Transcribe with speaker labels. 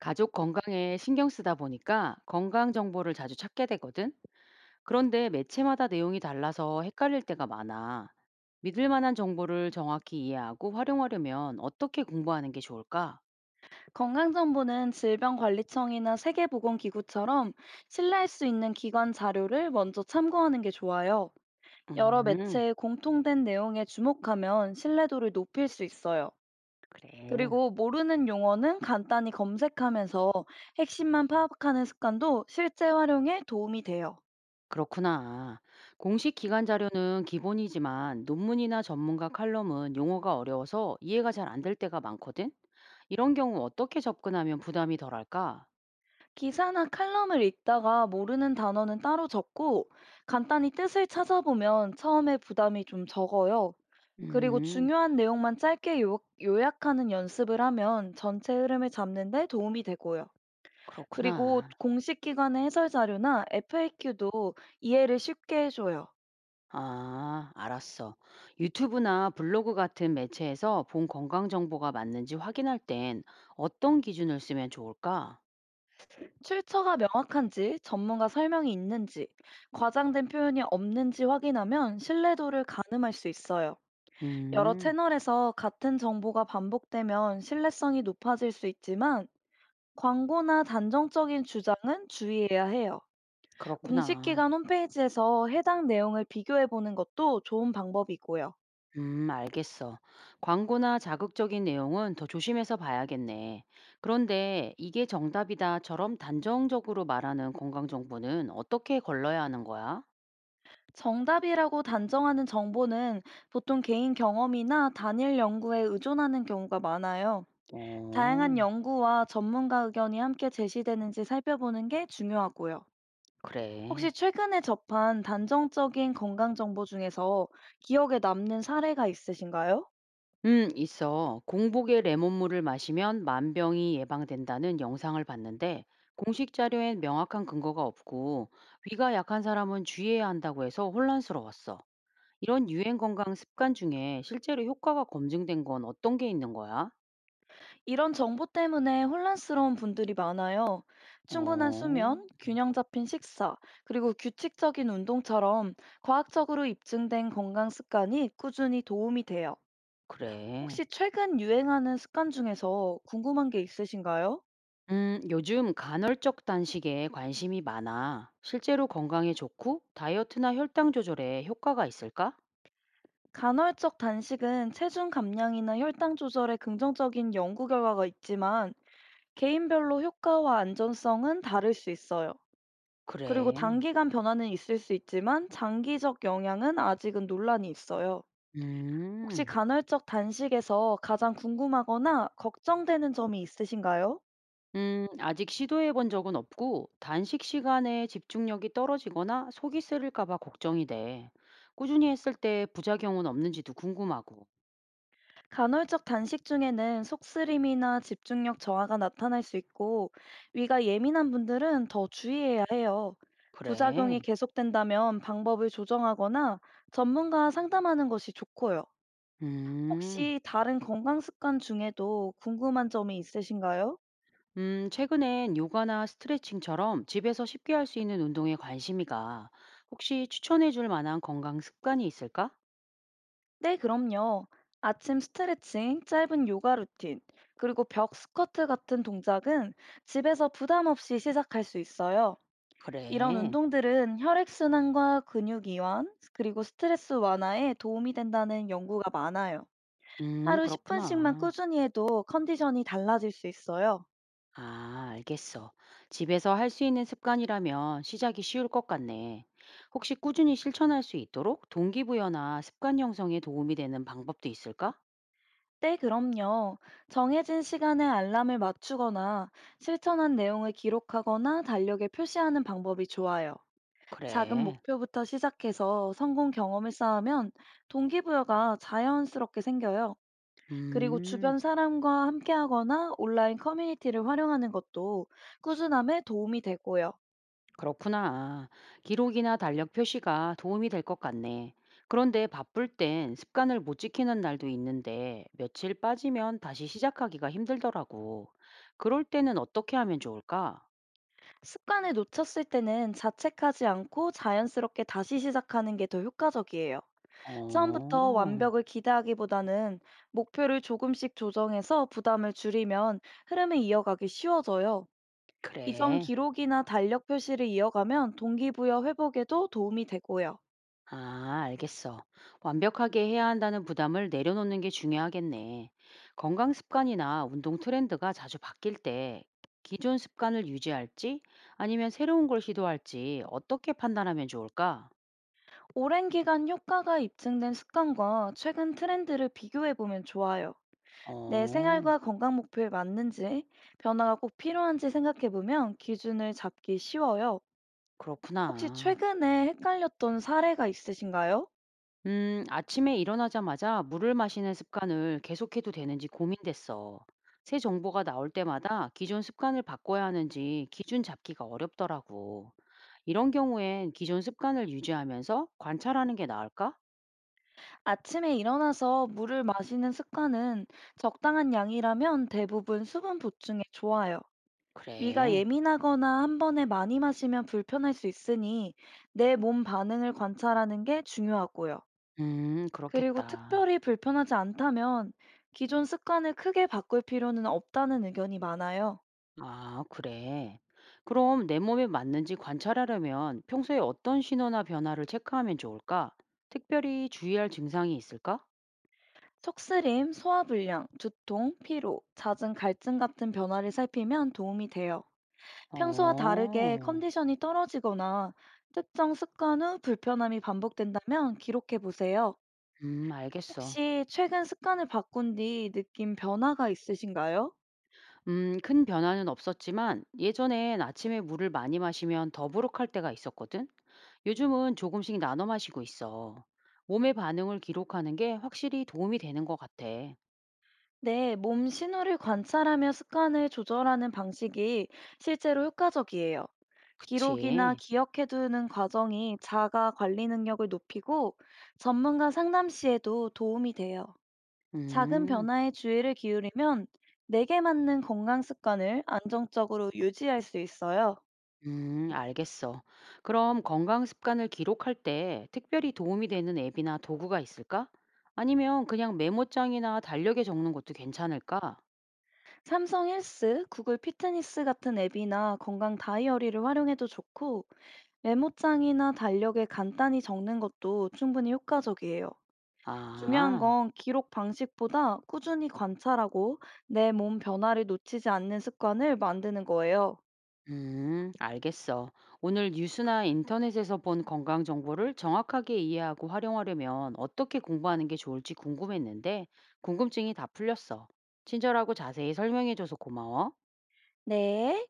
Speaker 1: 가족 건강에 신경 쓰다 보니까 건강 정보를 자주 찾게 되거든. 그런데 매체마다 내용이 달라서 헷갈릴 때가 많아. 믿을 만한 정보를 정확히 이해하고 활용하려면 어떻게 공부하는 게 좋을까?
Speaker 2: 건강정보는 질병관리청이나 세계보건기구처럼 신뢰할 수 있는 기관 자료를 먼저 참고하는 게 좋아요. 여러
Speaker 1: 음,
Speaker 2: 매체의 공통된 내용에 주목하면 신뢰도를 높일 수 있어요.
Speaker 1: 그래.
Speaker 2: 그리고 모르는 용어는 간단히 검색하면서 핵심만 파악하는 습관도 실제 활용에 도움이 돼요.
Speaker 1: 그렇구나. 공식 기관 자료는 기본이지만 논문이나 전문가 칼럼은 용어가 어려워서 이해가 잘 안 될 때가 많거든. 이런 경우 어떻게 접근하면 부담이 덜할까?
Speaker 2: 기사나 칼럼을 읽다가 모르는 단어는 따로 적고 간단히 뜻을 찾아보면 처음에 부담이 좀 적어요. 그리고
Speaker 1: 음,
Speaker 2: 중요한 내용만 짧게 요약하는 연습을 하면 전체 흐름을 잡는 데 도움이 되고요. 그리고
Speaker 1: 그렇구나.
Speaker 2: 공식 기관의 해설 자료나 FAQ도 이해를 쉽게 해줘요.
Speaker 1: 아, 알았어. 유튜브나 블로그 같은 매체에서 본 건강 정보가 맞는지 확인할 땐 어떤 기준을 쓰면 좋을까?
Speaker 2: 출처가 명확한지, 전문가 설명이 있는지, 과장된 표현이 없는지 확인하면 신뢰도를 가늠할 수 있어요. 여러
Speaker 1: 음,
Speaker 2: 채널에서 같은 정보가 반복되면 신뢰성이 높아질 수 있지만 광고나 단정적인 주장은 주의해야 해요. 공식
Speaker 1: 그렇구나.
Speaker 2: 기관 홈페이지에서 해당 내용을 비교해 보는 것도 좋은 방법이고요.
Speaker 1: 알겠어. 광고나 자극적인 내용은 더 조심해서 봐야겠네. 그런데 이게 정답이다처럼 단정적으로 말하는 건강 정보는 어떻게 걸러야 하는 거야?
Speaker 2: 정답이라고 단정하는 정보는 보통 개인 경험이나 단일 연구에 의존하는 경우가 많아요. 다양한
Speaker 1: 어,
Speaker 2: 연구와 전문가 의견이 함께 제시되는지 살펴보는 게 중요하고요.
Speaker 1: 그래.
Speaker 2: 혹시 최근에 접한 단정적인 건강 정보 중에서 기억에 남는 사례가 있으신가요?
Speaker 1: 있어. 공복에 레몬물을 마시면 만병이 예방된다는 영상을 봤는데 공식 자료엔 명확한 근거가 없고 위가 약한 사람은 주의해야 한다고 해서 혼란스러웠어. 이런 유행 건강 습관 중에 실제로 효과가 검증된 건 어떤 게 있는 거야?
Speaker 2: 이런 정보 때문에 혼란스러운 분들이 많아요. 충분한
Speaker 1: 어,
Speaker 2: 수면, 균형 잡힌 식사, 그리고 규칙적인 운동처럼 과학적으로 입증된 건강 습관이 꾸준히 도움이 돼요.
Speaker 1: 그래.
Speaker 2: 혹시 최근 유행하는 습관 중에서 궁금한 게 있으신가요?
Speaker 1: 요즘 간헐적 단식에 관심이 많아. 실제로 건강에 좋고 다이어트나 혈당 조절에 효과가 있을까?
Speaker 2: 간헐적 단식은 체중 감량이나 혈당 조절에 긍정적인 연구 결과가 있지만 개인별로 효과와 안전성은 다를 수 있어요. 그리고
Speaker 1: 그래.
Speaker 2: 단기간 변화는 있을 수 있지만 장기적 영향은 아직은 논란이 있어요. 혹시
Speaker 1: 음.
Speaker 2: 간헐적 단식에서 가장 궁금하거나 걱정되는 점이 있으신가요?
Speaker 1: 아직 시도해 본 적은 없고, 단식 시간에 집중력이 떨어지거나 속이 쓰릴까 봐 걱정이 돼. 꾸준히 했을 때 부작용은 없는지도 궁금하고.
Speaker 2: 간헐적 단식 중에는 속쓰림이나 집중력 저하가 나타날 수 있고 위가 예민한 분들은 더 주의해야 해요. 부작용이
Speaker 1: 그래.
Speaker 2: 계속된다면 방법을 조정하거나 전문가와 상담하는 것이 좋고요.
Speaker 1: 음,
Speaker 2: 혹시 다른 건강 습관 중에도 궁금한 점이 있으신가요?
Speaker 1: 음, 최근엔 요가나 스트레칭처럼 집에서 쉽게 할 수 있는 운동에 관심이 가. 혹시 추천해 줄 만한 건강 습관이 있을까?
Speaker 2: 네, 그럼요. 아침 스트레칭, 짧은 요가 루틴, 그리고 벽 스쿼트 같은 동작은 집에서 부담 없이 시작할 수 있어요. 이런
Speaker 1: 그래.
Speaker 2: 운동들은 혈액순환과 근육 이완, 그리고 스트레스 완화에 도움이 된다는 연구가 많아요. 하루 10분씩만
Speaker 1: 그렇구나.
Speaker 2: 꾸준히 해도 컨디션이 달라질 수 있어요.
Speaker 1: 아, 알겠어. 집에서 할 수 있는 습관이라면 시작이 쉬울 것 같네. 혹시 꾸준히 실천할 수 있도록 동기부여나 습관 형성에 도움이 되는 방법도 있을까?
Speaker 2: 네, 그럼요. 정해진 시간에 알람을 맞추거나 실천한 내용을 기록하거나 달력에 표시하는 방법이 좋아요. 작은
Speaker 1: 그래.
Speaker 2: 목표부터 시작해서 성공 경험을 쌓으면 동기부여가 자연스럽게 생겨요. 그리고
Speaker 1: 음,
Speaker 2: 주변 사람과 함께하거나 온라인 커뮤니티를 활용하는 것도 꾸준함에 도움이 되고요.
Speaker 1: 그렇구나. 기록이나 달력 표시가 도움이 될 것 같네. 그런데 바쁠 땐 습관을 못 지키는 날도 있는데 며칠 빠지면 다시 시작하기가 힘들더라고. 그럴 때는 어떻게 하면 좋을까?
Speaker 2: 습관을 놓쳤을 때는 자책하지 않고 자연스럽게 다시 시작하는 게 더 효과적이에요. 처음부터
Speaker 1: 어,
Speaker 2: 완벽을 기대하기보다는 목표를 조금씩 조정해서 부담을 줄이면 흐름을 이어가기 쉬워져요. 이전
Speaker 1: 그래.
Speaker 2: 기록이나 달력 표시를 이어가면 동기부여 회복에도 도움이 되고요.
Speaker 1: 아, 알겠어. 완벽하게 해야 한다는 부담을 내려놓는 게 중요하겠네. 건강 습관이나 운동 트렌드가 자주 바뀔 때 기존 습관을 유지할지 아니면 새로운 걸 시도할지 어떻게 판단하면 좋을까?
Speaker 2: 오랜 기간 효과가 입증된 습관과 최근 트렌드를 비교해 보면 좋아요. 내
Speaker 1: 어,
Speaker 2: 생활과 건강 목표에 맞는지, 변화가 꼭 필요한지 생각해 보면 기준을 잡기 쉬워요. 혹시
Speaker 1: 그렇구나.
Speaker 2: 최근에 헷갈렸던 사례가 있으신가요?
Speaker 1: 아침에 일어나자마자 물을 마시는 습관을 계속해도 되는지 고민됐어. 새 정보가 나올 때마다 기존 습관을 바꿔야 하는지 기준 잡기가 어렵더라고. 이런 경우엔 기존 습관을 유지하면서 관찰하는 게 나을까?
Speaker 2: 아침에 일어나서 물을 마시는 습관은 적당한 양이라면 대부분 수분 보충에 좋아요. 위가
Speaker 1: 그래.
Speaker 2: 예민하거나 한 번에 많이 마시면 불편할 수 있으니 내 몸 반응을 관찰하는 게 중요하고요. 그리고
Speaker 1: 그렇겠다.
Speaker 2: 특별히 불편하지 않다면 기존 습관을 크게 바꿀 필요는 없다는 의견이 많아요.
Speaker 1: 아, 그래. 그럼 내 몸에 맞는지 관찰하려면 평소에 어떤 신호나 변화를 체크하면 좋을까? 특별히 주의할 증상이 있을까?
Speaker 2: 속쓰림, 소화불량, 두통, 피로, 잦은 갈증 같은 변화를 살피면 도움이 돼요. 평소와 다르게
Speaker 1: 어,
Speaker 2: 컨디션이 떨어지거나 특정 습관 후 불편함이 반복된다면 기록해 보세요.
Speaker 1: 알겠어.
Speaker 2: 혹시 최근 습관을 바꾼 뒤 느낀 변화가 있으신가요?
Speaker 1: 큰 변화는 없었지만 예전엔 아침에 물을 많이 마시면 더부룩할 때가 있었거든. 요즘은 조금씩 나눠 마시고 있어. 몸의 반응을 기록하는 게 확실히 도움이 되는 것 같아.
Speaker 2: 네, 몸 신호를 관찰하며 습관을 조절하는 방식이 실제로 효과적이에요. 기록이나
Speaker 1: 그치?
Speaker 2: 기억해두는 과정이 자가 관리 능력을 높이고 전문가 상담 시에도 도움이 돼요. 작은
Speaker 1: 음,
Speaker 2: 변화에 주의를 기울이면 내게 맞는 건강 습관을 안정적으로 유지할 수 있어요.
Speaker 1: 음, 알겠어. 그럼 건강 습관을 기록할 때 특별히 도움이 되는 앱이나 도구가 있을까? 아니면 그냥 메모장이나 달력에 적는 것도 괜찮을까?
Speaker 2: 삼성 헬스, 구글 피트니스 같은 앱이나 건강 다이어리를 활용해도 좋고 메모장이나 달력에 간단히 적는 것도 충분히 효과적이에요. 중요한
Speaker 1: 아.
Speaker 2: 건 기록 방식보다 꾸준히 관찰하고 내 몸 변화를 놓치지 않는 습관을 만드는 거예요.
Speaker 1: 알겠어. 오늘 뉴스나 인터넷에서 본 건강 정보를 정확하게 이해하고 활용하려면 어떻게 공부하는 게 좋을지 궁금했는데, 궁금증이 다 풀렸어. 친절하고 자세히 설명해줘서 고마워.
Speaker 2: 네.